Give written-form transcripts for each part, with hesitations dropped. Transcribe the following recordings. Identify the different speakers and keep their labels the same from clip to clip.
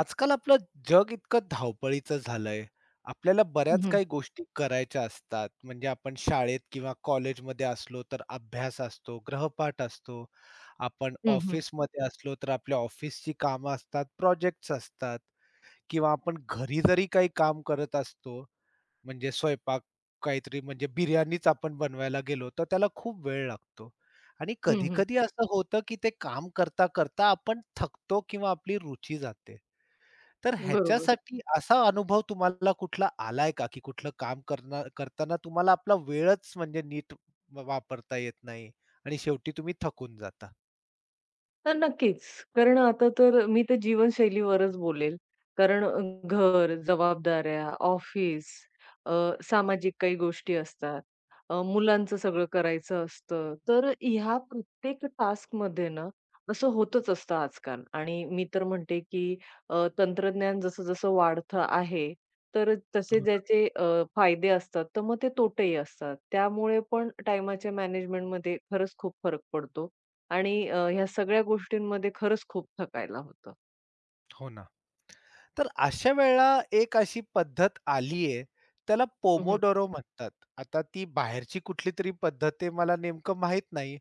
Speaker 1: आजकाल आपलं जग इतकं धावपळीचं झालंय. आपल्याला
Speaker 2: हं,
Speaker 1: बऱ्याच
Speaker 2: हं.
Speaker 1: काही गोष्टी करायच्या असतात. म्हणजे आपण शाळेत किंवा कॉलेजमध्ये असलो तर अभ्यास असतो, गृहपाठ असतो. आपण
Speaker 2: हं, हं.
Speaker 1: ऑफिसमध्ये असलो तर आपल्या ऑफिसची कामं असतात, प्रोजेक्ट्स असतात किंवा आपण घरी जरी काही काम करत असतो, म्हणजे स्वयंपाक काहीतरी म्हणजे बिर्याणीच आपण बनवायला गेलो, तर त्याला खूप वेळ लागतो. आणि
Speaker 2: हं, हं.
Speaker 1: कधी-कधी असं होतं, की ते काम करता-करता आपण थकतो किंवा आपली रुची जाते. तर
Speaker 2: बरोबर.
Speaker 1: ह्याच्यासाठी असा अनुभव तुम्हाला कुठला आलाय का, की कुठलं काम करणार करताना तुम्हाला आपला वेळच म्हणजे नीट व वापरता येत नाही आणि शेवटी तुम्ही थकून जाता?
Speaker 2: तर नक्कीच. कारण आता तर मी तर जीवनशैलीवरच बोलेल. कारण घर, जबाबदाऱ्या, ऑफिस, अ, सामाजिक काही गोष्टी असतात. मुलांचं सगळं करायचं असतं. तर ह्या प्रत्येक टास्कमध्ये ना, असं होतच असतं आजकाल. आणि मी तर म्हणते, की तंत्रज्ञान जसं-जसं वाढतं आहे, तर
Speaker 1: हो
Speaker 2: तसे
Speaker 1: ना.
Speaker 2: ज्याचे फायदे असतात, तर मग ते तोटेही असतात. त्यामुळे पण टाईमाच्या मॅनेजमेंटमध्ये खरंच खूप फरक पडतो. आणि ह्या सगळ्या गोष्टींमध्ये खरंच खूप थकायला होतं.
Speaker 1: हो ना. तर अशा वेळेला एक अशी पद्धत आलीये, त्याला
Speaker 2: हं, हं.
Speaker 1: पोमोडोरो म्हणतात. आता ती बाहेरची कुठलीतरी पद्धत आहे मला नेमकं माहीत नाही.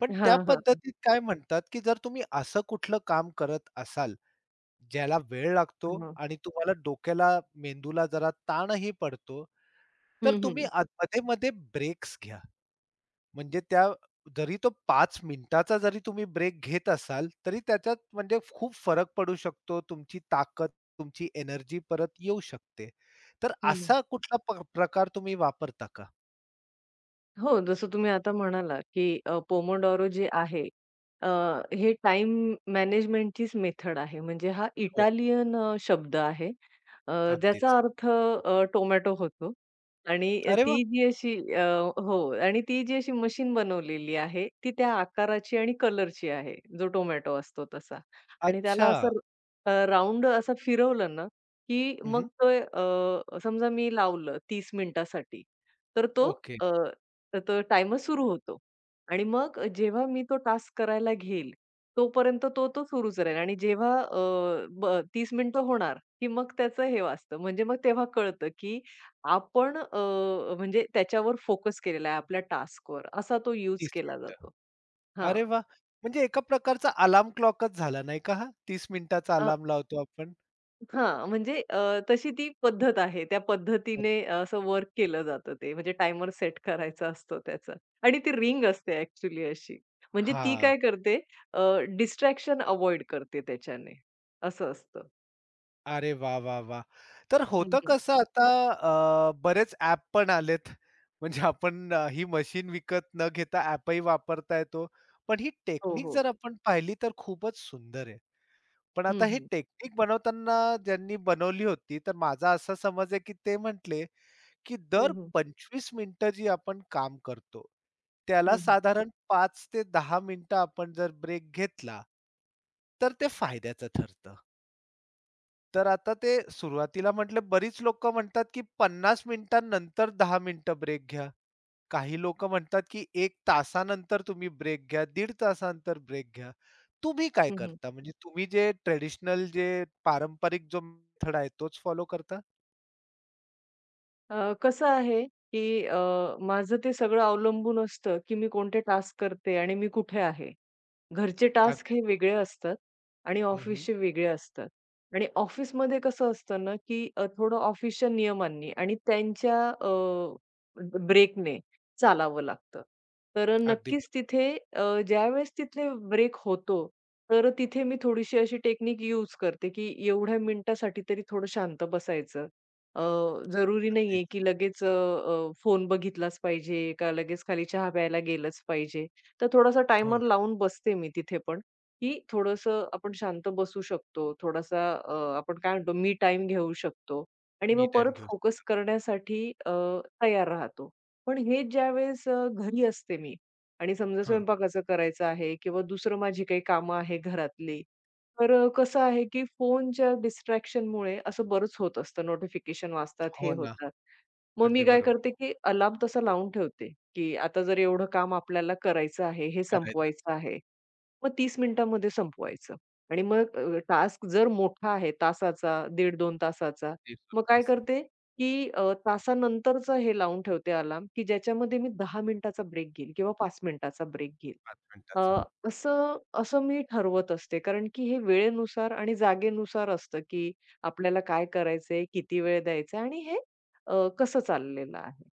Speaker 1: पण त्या
Speaker 2: हां, हां.
Speaker 1: पद्धतीत काय म्हणतात, की जर तुम्ही असं कुठलं काम करत असाल, ज्याला वेळ लागतो
Speaker 2: हां.
Speaker 1: आणि तुम्हाला डोक्याला, मेंदूला जरा ताणही पडतो, तर
Speaker 2: हं,
Speaker 1: तुम्ही
Speaker 2: हं.
Speaker 1: आत मध्ये-मध्ये ब्रेक्स घ्या. म्हणजे त्या जरी तो पाच मिनिटाचा जरी तुम्ही ब्रेक घेत असाल, तरी त्याच्यात म्हणजे खूप फरक पडू शकतो. तुमची ताकद, तुमची एनर्जी परत येऊ शकते. तर
Speaker 2: हं.
Speaker 1: असा कुठला प्रकार तुम्ही वापरता का?
Speaker 2: हो, जसं तुम्ही आता म्हणालात, की पोमोडोरो जे आहे, अ, हे टाइम मॅनेजमेंटचीच मेथड आहे. म्हणजे हा
Speaker 1: हो,
Speaker 2: इटालियन शब्द आहे. अ,
Speaker 1: अगदीच.
Speaker 2: ज्याचा अर्थ टोमॅटो होतो आणि
Speaker 1: अरे वाह!
Speaker 2: ती जी अशी हो आणि ती जी अशी मशीन बनवलेली आहे, ती त्या आकाराची आणि कलरची आहे, जो टोमॅटो असतो तसा. आणि त्याला
Speaker 1: अच्छा.
Speaker 2: असं अ, असं फिरवलं ना, की मग
Speaker 1: हं,
Speaker 2: तो समजा मी लावलं 30 मिनिटासाठी, तर तो
Speaker 1: ओके.
Speaker 2: तर तो टाइमच सुरू होतो आणि मग जेव्हा मी तो टास्क करायला घेईल, तोपर्यंत तो सुरूच राहील आणि जेव्हा अ, ब 30 मिनिटं होणार, की मग त्याचं हे वाजतं. म्हणजे मग तेव्हा कळतं, की आपण म्हणजे त्याच्यावर फोकस केलेला आहे आपल्या टास्कवर. असा तो यूज
Speaker 1: 30
Speaker 2: केला
Speaker 1: मिनिटं.
Speaker 2: जातो. हां.
Speaker 1: अरे वाह! म्हणजे एका प्रकारचा अलार्म क्लॉकच झाला नाही का हा? 30 मिनिटाचा अलार्म लावतो आपण.
Speaker 2: हां, म्हणजे तशी ती पद्धत आहे. त्या पद्धतीने असं वर्क केलं जातं ते. म्हणजे टायमर सेट करायचा असतो त्याचा आणि ती रिंग असते ॲक्चुअली अशी. म्हणजे ती
Speaker 1: हां.
Speaker 2: काय करते अ, डिस्ट्रॅक्शन अव्हॉइड करते त्याच्याने. असं असतं.
Speaker 1: अरे वाह! वाह! वाह! तर
Speaker 2: हं,
Speaker 1: होतं
Speaker 2: हं.
Speaker 1: कसं आता बरेच ॲप पण आलेत. म्हणजे आपण ही मशीन विकत न घेता ॲपही वापरता येतो. पण ही
Speaker 2: हो,
Speaker 1: टेक्निक
Speaker 2: हो.
Speaker 1: जर आपण पाहिली तर खूपच सुंदर आहे. पण आता
Speaker 2: हं,
Speaker 1: हे
Speaker 2: हं.
Speaker 1: टेक्निक बनवताना ज्यांनी बनवली होती, तर माझा असा समज आहे, की ते म्हटले, की
Speaker 2: हं,
Speaker 1: दर
Speaker 2: हं.
Speaker 1: 25 मिनिटं जी आपण काम करतो, त्याला
Speaker 2: हं, हं.
Speaker 1: साधारण 5 ते 10 मिनिटं आपण जर ब्रेक घेतला, तर ते फायद्याचं ठरतं. तर आता ते सुरुवातीला म्हटलं बरीच लोकं म्हणतात, की 50 मिनिटांनंतर 10 मिनिटं ब्रेक घ्या. काही लोकं म्हणतात, की 1 तासानंतर तुम्ही ब्रेक घ्या, दीड तासानंतर ब्रेक घ्या. तुम्ही काय
Speaker 2: हं,
Speaker 1: करता? म्हणजे तुम्ही जे ट्रेडिशनल जे पारंपरिक जो मेथड आहे तोच फॉलो करता?
Speaker 2: अ, कसं आहे की अ, माझं ते सगळं अवलंबून असतं की मी कोणते टास्क करते आणि मी कुठे आहे. घरचे टास्क
Speaker 1: अगदीच
Speaker 2: हे वेगळे
Speaker 1: बरोबर.
Speaker 2: असतात आणि
Speaker 1: हं, हं.
Speaker 2: ऑफिसचे वेगळे असतात. आणि ऑफिसमध्ये कसं असतं ना, की थोडं ऑफिसच्या नियमांनी आणि त्यांच्या ब्रेकने चालावं लागतं. तर
Speaker 1: अगदी
Speaker 2: नक्कीच
Speaker 1: बरोबर.
Speaker 2: तिथे अ, ज्यावेळेस तिथे ब्रेक होतो, तर तिथे मी थोडीशी अशी टेक्निक यूज करते, की एवढ्या मिनिटासाठी तरी थोडं शांत बसायचं. अ, जरुरी नाहीये,
Speaker 1: अगदीच.
Speaker 2: की लगेच अ, अ, फोन बघितलाच पाहिजे का लगेच खाली चहा प्यायला गेलंच पाहिजे. तर थोडासा
Speaker 1: हो
Speaker 2: टायमर
Speaker 1: ना.
Speaker 2: लावून बसते मी तिथे पण, की थोडंसं आपण शांत बसू शकतो. थोडासा आपण काय म्हणतो मी टाईम घेऊ शकतो आणि
Speaker 1: मी
Speaker 2: मग
Speaker 1: टाईम
Speaker 2: परत
Speaker 1: घेऊ
Speaker 2: फोकस
Speaker 1: शकतो.
Speaker 2: करण्यासाठी तयार राहतो. पण हे ज्यावेळेस घरी असते मी आणि समजा
Speaker 1: हां.
Speaker 2: स्वयंपाकाचं करायचं आहे किंवा दुसरं माझी काही कामं आहे घरातली, तर कसं आहे की फोनच्या डिस्ट्रॅक्शनमुळे असं बरंच होत असतं. नोटिफिकेशन वाजतात, हे
Speaker 1: हो ना.
Speaker 2: होतात. मग मी
Speaker 1: अगदी
Speaker 2: काय
Speaker 1: बरोबर.
Speaker 2: करते की अलार्म तसा लावून ठेवते की आता जर एवढं काम आपल्याला करायचं आहे, हे
Speaker 1: करायचा
Speaker 2: संपवायचं आहे. मग 30 मिनिटांमध्ये संपवायचं आणि मग टास्क जर मोठा आहे तासाचा, 15 दोन तासाचा,
Speaker 1: ते
Speaker 2: मग
Speaker 1: सुद्धा
Speaker 2: काय
Speaker 1: असं
Speaker 2: करते, की तासानंतरचं हे लावून ठेवते अलार्म, की ज्याच्यामध्ये मी 10 मिनिटाचा ब्रेक घेईल किंवा 5 मिनिटाचा ब्रेक घेईल.
Speaker 1: 5
Speaker 2: अ,
Speaker 1: मिनिटाचा.
Speaker 2: असं असं मी ठरवत असते. कारण की हे वेळेनुसार आणि जागेनुसार असतं, की आपल्याला काय करायचंय, किती वेळ द्यायचा आणि हे कसं चाललेलं आहे.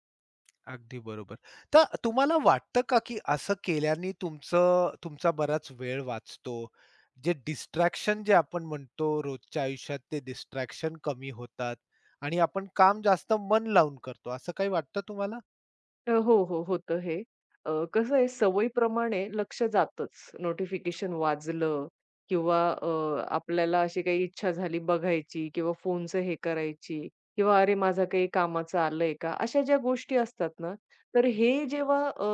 Speaker 1: अगदी बरोबर. तर तुम्हाला वाटतं का, की असं केल्याने तुमचं तुमचा बराच वेळ वाचतो? जे डिस्ट्रॅक्शन जे आपण म्हणतो रोजच्या आयुष्यात ते डिस्ट्रॅक्शन कमी होतात आणि आपण काम जास्त मन लावून करतो, असं काही वाटतं तुम्हाला?
Speaker 2: हो, हो. होतं हे. अ, कसं आहे सवयीप्रमाणे लक्ष जातंच. नोटिफिकेशन वाजलं किंवा आपल्याला अशी काही इच्छा झाली बघायची किंवा फोनचं हे करायची किंवा अरे माझा काही कामाचं आलंय का? अशा ज्या गोष्टी असतात ना, तर हे जेव्हा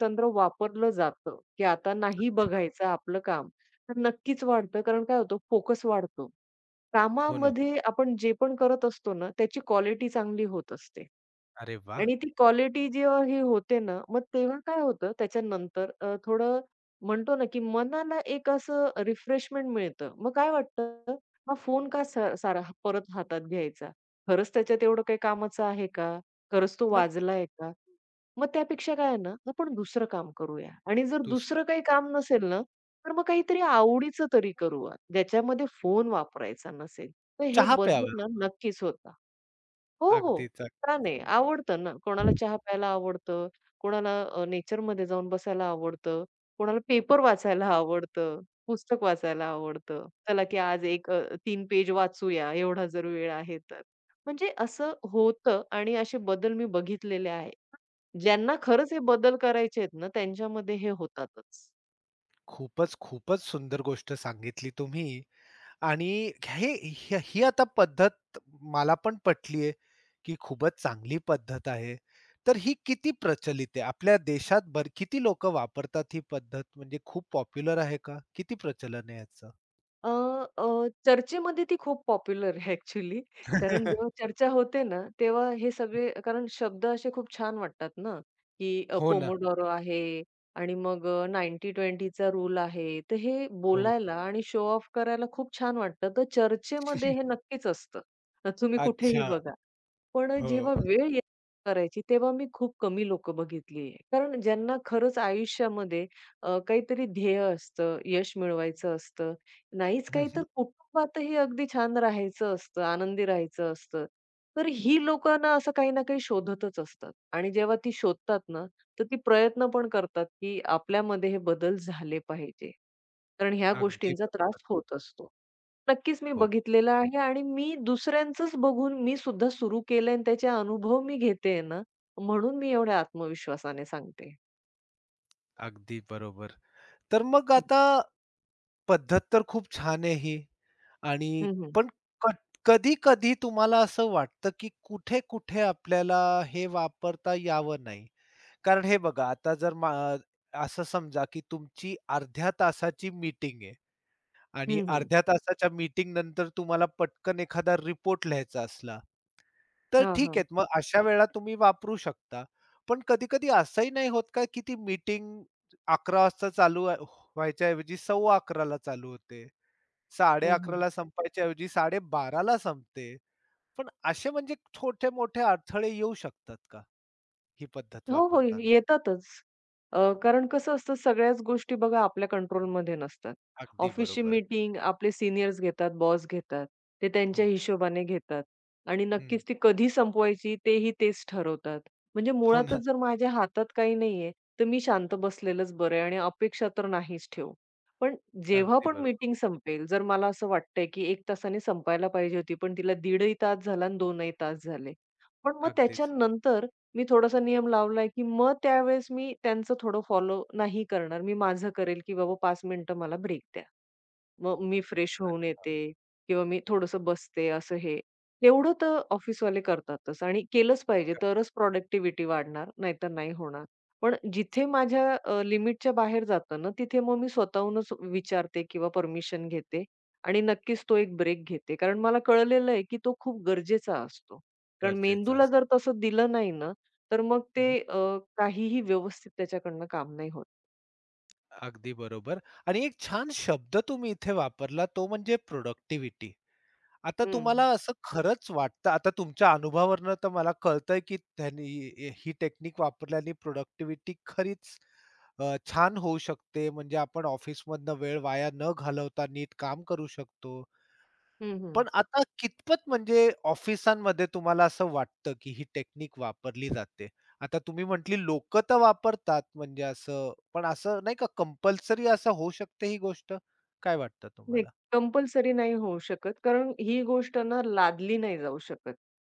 Speaker 2: तंत्र वापरलं जातं, की आता नाही बघायचं आपलं काम, तर नक्कीच वाढतं. कारण काय होतं फोकस वाढतो.
Speaker 1: हो ना.
Speaker 2: कामामध्ये आपण जे पण करत असतो ना, त्याची क्वालिटी चांगली होत असते.
Speaker 1: अरे वा,
Speaker 2: आणि ती क्वालिटी जेव्हा ही होते ना, मग तेव्हा काय होतं त्याच्यानंतर थोडं म्हणतो ना, की मनाला एक असं रिफ्रेशमेंट मिळतं. मग काय वाटतं, हा फोन का सा सारा हा- परत हातात घ्यायचा? खरंच त्याच्यात एवढं काही कामाचं आहे का? खरंच तो
Speaker 1: नक्कीच.
Speaker 2: वाजलाय का? मग त्यापेक्षा काय आहे ना, आपण दुसरं काम करूया आणि जर
Speaker 1: तू
Speaker 2: दुसरं
Speaker 1: सांग.
Speaker 2: काही काम नसेल ना तर मग काहीतरी आवडीचं तरी करूया, ज्याच्यामध्ये फोन वापरायचा नसेल. तर हे
Speaker 1: चहा
Speaker 2: बदल
Speaker 1: प्यावा.
Speaker 2: ना नक्कीच होता. हो, हो.
Speaker 1: अगदीच.
Speaker 2: का नाही? आवडतं ना. कोणाला
Speaker 1: अगदी.
Speaker 2: चहा प्यायला आवडतं, कोणाला नेचरमध्ये जाऊन बसायला आवडतं, कोणाला पेपर वाचायला आवडतं, पुस्तक वाचायला आवडतं. चला की आज एक 3 पेज वाचूया एवढा जर वेळ आहे तर. म्हणजे असं होतं आणि असे बदल मी बघितलेले आहे. ज्यांना खरंच हे बदल करायचे आहेत ना, त्यांच्यामध्ये हे होतातच.
Speaker 1: खूपच, खूपच सुंदर गोष्ट सांगितली तुम्ही. आणि हे ही ही आता पद्धत मला पण पटली आहे, की खूपच चांगली पद्धत आहे. तर ही किती प्रचलित आहे? आपल्या देशात किती लोकं वापरतात ही पद्धत? म्हणजे खूप पॉप्युलर आहे का? किती प्रचलन आहे याचं?
Speaker 2: अ, अ, चर्चेमध्ये ती खूप पॉप्युलर आहे ॲक्चुअली. कारण जेव्हा चर्चा होते ना, तेव्हा हे सगळे कारण शब्द असे खूप छान वाटतात ना, की
Speaker 1: हो ना.
Speaker 2: पोमोडोरो आहे आणि मग 90 चा रूल आहे. तर हे
Speaker 1: हो.
Speaker 2: बोलायला आणि शो ऑफ करायला खूप छान वाटतं. तर चर्चेमध्ये हे नक्कीच असतं. तर तुम्ही कुठेही
Speaker 1: अच्छा.
Speaker 2: बघा. पण जेव्हा
Speaker 1: हो.
Speaker 2: वेळ येत करायची, तेव्हा मी खूप कमी लोक बघितली आहे. कारण ज्यांना खरंच आयुष्यामध्ये काहीतरी ध्येय असतं, यश मिळवायचं असतं, नाहीच
Speaker 1: हं,
Speaker 2: काही तर
Speaker 1: हं.
Speaker 2: कुटुंबातही अगदी छान राहायचं असतं, आनंदी राहायचं असतं. तर ही लोकं असं काही ना काही शोधतच असतात आणि जेव्हा ती शोधतात ना, तर ती प्रयत्न पण करतात, की आपल्यामध्ये हे बदल झाले पाहिजे. कारण ह्या
Speaker 1: अगदी
Speaker 2: गोष्टींचा
Speaker 1: बरोबर.
Speaker 2: त्रास होत असतो. नक्कीच मी
Speaker 1: हो,
Speaker 2: बघितलेलं आहे आणि मी दुसऱ्यांचंच बघून मी सुद्धा सुरू केलंय आणि त्याचे अनुभव मी घेतेय ना, म्हणून मी एवढ्या आत्मविश्वासाने सांगते.
Speaker 1: अगदी बरोबर. तर मग
Speaker 2: हं,
Speaker 1: आता पद्धत तर खूप छान आहे ही. आणि
Speaker 2: हं, हं.
Speaker 1: पण कट कधी-कधी तुम्हाला असं वाटतं, की कुठे-कुठे आपल्याला हे वापरता यावं नाही. कारण हे बघा आता जर असं समजा, की तुमची अर्ध्या तासाची मीटिंग आहे आणि
Speaker 2: हं, हं.
Speaker 1: अर्ध्या तासाच्या मीटिंग नंतर तुम्हाला पटकन एखादा रिपोर्ट लिहायचा असला, तर
Speaker 2: हां,
Speaker 1: ठीक आहे.
Speaker 2: हां.
Speaker 1: मग अशा वेळा तुम्ही वापरू शकता. पण कधी-कधी असंही नाही होत का, की ती मीटिंग 11:00 वाजता चालू व्हायच्या ऐवजी 11:15 ला चालू होते? साडे
Speaker 2: हं,
Speaker 1: ला संपायच्या ऐवजी साडे बाराला संपते. पण असे म्हणजे छोटे-मोठे अडथळे येऊ शकतात का, ही पद्धत
Speaker 2: हो, हो.
Speaker 1: वापरताना?
Speaker 2: येतातच. कारण कसं असतं सगळ्याच गोष्टी बघा आपल्या कंट्रोलमध्ये नसतात.
Speaker 1: अगदी
Speaker 2: ऑफिसची
Speaker 1: बरोबर.
Speaker 2: मीटिंग आपले सीनियर्स घेतात, बॉस घेतात. ते त्यांच्या
Speaker 1: हो.
Speaker 2: हिशोबाने घेतात आणि
Speaker 1: हं.
Speaker 2: नक्कीच ती कधी संपवायची तेही तेच ठरवतात. म्हणजे
Speaker 1: हो ना.
Speaker 2: मुळातच जर माझ्या हातात काही नाहीये, तर मी शांत बसलेलंच बरं आहे आणि अपेक्षा तर नाहीच ठेवू. पण जेव्हा
Speaker 1: अगदी
Speaker 2: पण
Speaker 1: बरोबर.
Speaker 2: मीटिंग संपेल, जर मला असं वाटतंय की 1 तासाने संपायला पाहिजे होती, पण तिला दीडही तास झाला आणि 2ही तास झाले. पण मग
Speaker 1: अगदीच.
Speaker 2: त्याच्यानंतर मी थोडासा नियम लावलाय, की मग त्यावेळेस मी त्यांचं थोडं फॉलो नाही करणार. मी माझं करेल, की बाबा 5 मिनिटं मला ब्रेक द्या. मग मी फ्रेश होऊन येते किंवा मी थोडंसं बसते असं हे. एवढं तर ऑफिसवाले करतातच आणि केलंच पाहिजे
Speaker 1: ग
Speaker 2: तरच प्रॉडक्टिव्हिटी वाढणार, नाहीतर नाही होणार. पण जिथे माझ्या लिमिटच्या बाहेर जातं ना, तिथे मग मी स्वतःहूनच विचारते किंवा परमिशन घेते आणि नक्कीच तो एक ब्रेक घेते. कारण मला कळलेलं आहे, की तो खूप गरजेचा असतो. कारण
Speaker 1: गरजेचं
Speaker 2: मेंदूला
Speaker 1: असतं.
Speaker 2: जर तसं दिलं नाही ना, तर मग ते
Speaker 1: हं,
Speaker 2: अ, काहीही व्यवस्थित त्याच्याकडनं काम नाही होत.
Speaker 1: अगदी बरोबर. आणि एक छान शब्द तुम्ही इथे वापरला तो म्हणजे प्रोडक्टिव्हिटी. आता
Speaker 2: हं.
Speaker 1: तुम्हाला असं खरंच वाटतं आता तुमच्या अनुभवावरनं तर मला कळतंय, की त्यांनी ही टेक्निक वापरल्याने प्रोडक्टिव्हिटी खरीच छान होऊ शकते. म्हणजे आपण ऑफिसमधनं वेळ वाया न घालवता नीट काम करू शकतो.
Speaker 2: हं, हं.
Speaker 1: पण आता कितपत म्हणजे ऑफिसांमध्ये तुम्हाला असं वाटतं, की ही टेक्निक वापरली जाते? आता तुम्ही म्हटली लोकं तर वापरतात म्हणजे असं, पण असं नाही का कंपल्सरी असं होऊ शकते ही गोष्ट? काय वाटतं
Speaker 2: नाही,
Speaker 1: तुम्हाला?
Speaker 2: कंपल्सरी नाही होऊ शकत. कारण ही गोष्ट ना लादली नाही जाऊ शकत.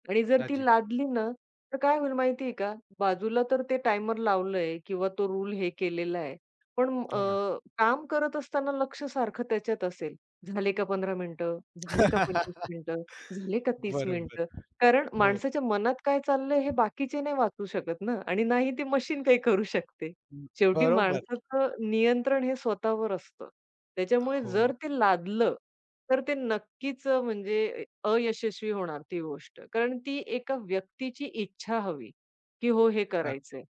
Speaker 2: आणि जर ती
Speaker 1: अजीब.
Speaker 2: लादली ना, तर काय होईल माहिती का? बाजूला तर ते टायमर लावलंय किंवा तो रूल हे केलेला आहे. पण अ,
Speaker 1: हो ना.
Speaker 2: काम करत असताना लक्ष सारखं त्याच्यात असेल. झाले का 15 मिनिटं? झाले का 25 मिनिटं? झाले का 30 मिनिटं?
Speaker 1: बरोबर.
Speaker 2: कारण
Speaker 1: हो.
Speaker 2: माणसाच्या मनात काय चाललंय हे बाकीचे नाही वाचू शकत ना आणि नाही ते मशीन काही करू शकते.
Speaker 1: हं,
Speaker 2: शेवटी
Speaker 1: बरोबर.
Speaker 2: माणसाचं नियंत्रण हे स्वतःवर असतं. त्याच्यामुळे
Speaker 1: हो.
Speaker 2: जर ते लादलं, तर ते नक्कीच म्हणजे अयशस्वी होणार ती गोष्ट. कारण ती एका व्यक्तीची इच्छा हवी, की हो हे
Speaker 1: अ,
Speaker 2: करायचंय.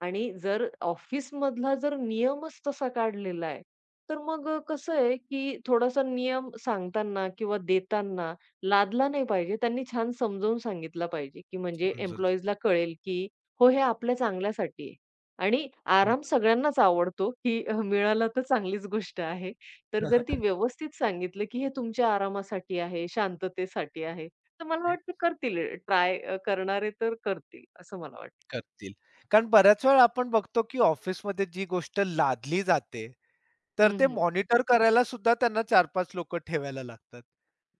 Speaker 2: आणि जर ऑफिसमधला जर नियमच तसा काढलेला आहे, तर मग कसं आहे, की थोडासा नियम सांगताना किंवा देताना लादला नाही पाहिजे. त्यांनी छान समजावून सांगितला पाहिजे, की म्हणजे
Speaker 1: समजून
Speaker 2: एम्प्लॉईजला कळेल, की हो, हे आपल्या चांगल्यासाठी आहे. आणि
Speaker 1: हो.
Speaker 2: आराम सगळ्यांनाच आवडतो, की मिळाला तर चांगलीच गोष्ट आहे. तर जर ती व्यवस्थित सांगितलं, की हे तुमच्या आरामासाठी आहे, शांततेसाठी आहे, तर मला वाटतं करतील. ट्राय करणारे तर करतील, असं मला वाटतं.
Speaker 1: करतील. कारण बऱ्याच वेळा आपण बघतो, की ऑफिसमध्ये जी गोष्ट लादली जाते, तर
Speaker 2: हं,
Speaker 1: ते
Speaker 2: हं.
Speaker 1: मॉनिटर करायला सुद्धा त्यांना 4-5 लोक ठेवायला लागतात.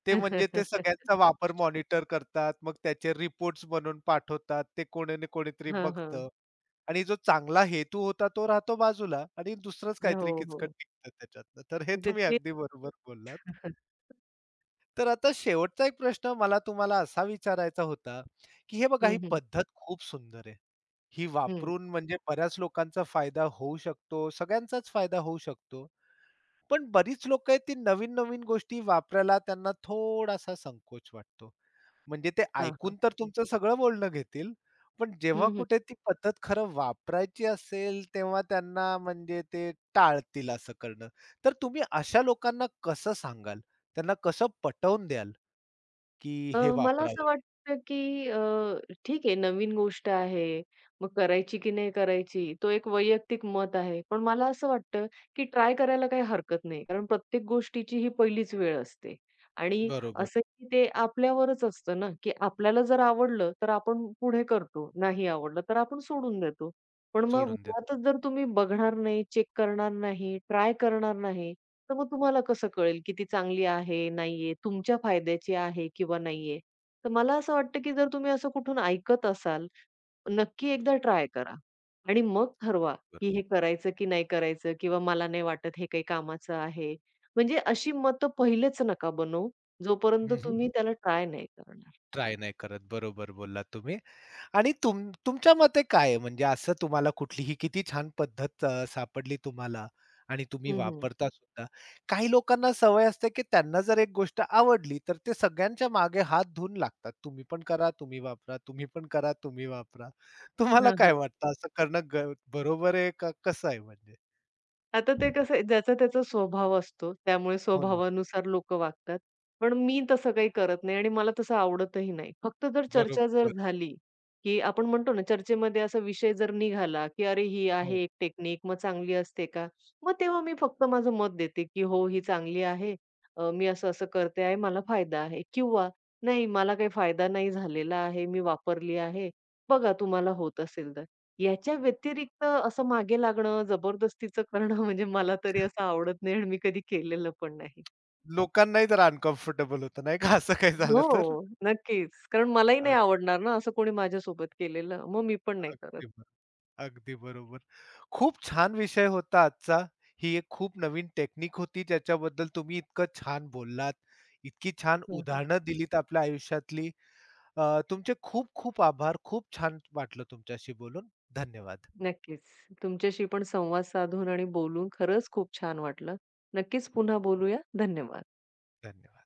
Speaker 1: ते म्हणजे ते सगळ्यांचा वापर मॉनिटर करतात. मग त्याचे रिपोर्ट्स बनवून पाठवतात. ते कोणी ना कोणीतरी
Speaker 2: हां, हां.
Speaker 1: बघतं आणि जो चांगला हेतू होता, तो राहतो बाजूला आणि दुसरंच काहीतरी
Speaker 2: हो,
Speaker 1: किचकट
Speaker 2: हो.
Speaker 1: निघतं त्याच्यातनं. तर हे
Speaker 2: ते
Speaker 1: तुम्ही
Speaker 2: ते
Speaker 1: अगदी बरोबर बोललात. तर आता शेवटचा एक प्रश्न मला तुम्हाला असा विचारायचा होता, की हे बघा
Speaker 2: हं,
Speaker 1: ही
Speaker 2: हं,
Speaker 1: पद्धत खूप सुंदर आहे. ही
Speaker 2: हं.
Speaker 1: वापरून म्हणजे बऱ्याच लोकांचा फायदा होऊ शकतो, सगळ्यांचाच फायदा होऊ शकतो. पण बरीच लोकं आहेत ती नवीन-नवीन गोष्टी वापरायला त्यांना थोडासा संकोच वाटतो. म्हणजे ते
Speaker 2: हां, हां.
Speaker 1: ऐकून तर तुमचं सगळं बोलणं घेतील, पण जेव्हा
Speaker 2: हं, हं.
Speaker 1: कुठे ती पद्धत खरं वापरायची असेल, तेव्हा त्यांना म्हणजे ते टाळतील असं करणं. तर तुम्ही अशा लोकांना कसं सांगाल? त्यांना कसं पटवून द्याल? की हे
Speaker 2: मला असं
Speaker 1: वापरावं.
Speaker 2: वाटतं, की ठीक आहे नवीन गोष्ट आहे. मग करायची की नाही करायची तो एक वैयक्तिक मत आहे. पण मला असं वाटतं, की ट्राय करायला काही हरकत नाही. कारण प्रत्येक गोष्टीची ही पहिलीच वेळ असते. आणि
Speaker 1: बरोबर.
Speaker 2: असं की ते आपल्यावरच असतं ना, की आपल्याला जर आवडलं तर आपण पुढे करतो. नाही आवडलं तर आपण सोडून देतो. पण मग
Speaker 1: सोडून देत.
Speaker 2: मुळातच जर तुम्ही बघणार नाही, चेक करणार नाही, ट्राय करणार नाही तर मग तुम्हाला कसं कळेल की ती चांगली आहे, नाहीये, तुमच्या फायद्याची आहे किंवा नाहीये? तर मला असं वाटतं की जर तुम्ही असं कुठून ऐकत असाल, नक्की एकदा ट्राय करा आणि मग ठरवा की
Speaker 1: बरोबर.
Speaker 2: हे करायचं की नाही करायचं किंवा मला नाही वाटत हे काही कामाचं आहे. म्हणजे अशी मतं पहिलेच नका बनवू जोपर्यंत
Speaker 1: हं, हं.
Speaker 2: तुम्ही त्याला ट्राय नाही करणार.
Speaker 1: ट्राय नाही करत. बरोबर बोललात तुम्ही. आणि तुमच्या मते काय आहे म्हणजे असं तुम्हाला कुठली ही किती छान पद्धत सापडली तुम्हाला आणि तुम्ही
Speaker 2: हं, हं.
Speaker 1: वापरता सुद्धा. काही लोकांना सवय असते, की त्यांना जर एक गोष्ट आवडली, तर ते सगळ्यांच्या मागे हात धुवून लागतात. तुम्ही पण करा, तुम्ही वापरा, तुम्ही पण करा, तुम्ही वापरा. तुम्हाला
Speaker 2: हां,
Speaker 1: काय
Speaker 2: हां.
Speaker 1: वाटतं असं करणं बरोबर आहे का कसं आहे म्हणजे?
Speaker 2: आता ते कसं आहे, ज्याचा त्याचा स्वभाव असतो. त्यामुळे
Speaker 1: हो ना.
Speaker 2: स्वभावानुसार लोकं वागतात. पण मी तसं काही करत नाही आणि मला तसं आवडतही नाही. फक्त जर चर्चा जर
Speaker 1: बरोबर.
Speaker 2: झाली, की आपण म्हणतो ना, चर्चेमध्ये असा विषय जर निघाला, की "अरे, ही
Speaker 1: हो.
Speaker 2: आहे एक टेक्निक, मग चांगली असते का?" मग तेव्हा मी फक्त माझं मत देते, की "हो, ही चांगली आहे. मी असं-असं करते आहे, मला फायदा आहे." किंवा "नाही, मला काही फायदा नाही झालेला आहे, मी वापरली आहे. बघा तुम्हाला होत असेल तर." याच्या व्यतिरिक्त असं मागे लागणं, जबरदस्तीचं करणं म्हणजे मला तरी असं आवडत नाही आणि मी कधी केलेलं पण नाही.
Speaker 1: लोकांनाही जरा अनकम्फर्टेबल होतं नाही का, असं काही झालं तर?
Speaker 2: हो. नक्कीच. कारण मलाही नाही
Speaker 1: अग
Speaker 2: आवडणार ना असं कोणी माझ्यासोबत केलेलं. मग मी पण नाही करत.
Speaker 1: अगदी ब अगदी बरोबर. खूप छान विषय होता आजचा. ही एक खूप नवीन टेक्निक होती ज्याच्याबद्दल तुम्ही इतकं छान बोललात, इतकी छान
Speaker 2: हं.
Speaker 1: उदाहरणं दिलीत आपल्या आयुष्यातली. तुमचे खूप खूप आभार. खूप छान वाटलं तुमच्याशी बोलून. धन्यवाद.
Speaker 2: नक्कीच. तुमच्याशी पण संवाद साधून आणि बोलून खरंच खूप छान वाटलं. नक्कीच पुन्हा बोलूया. धन्यवाद.
Speaker 1: धन्यवाद.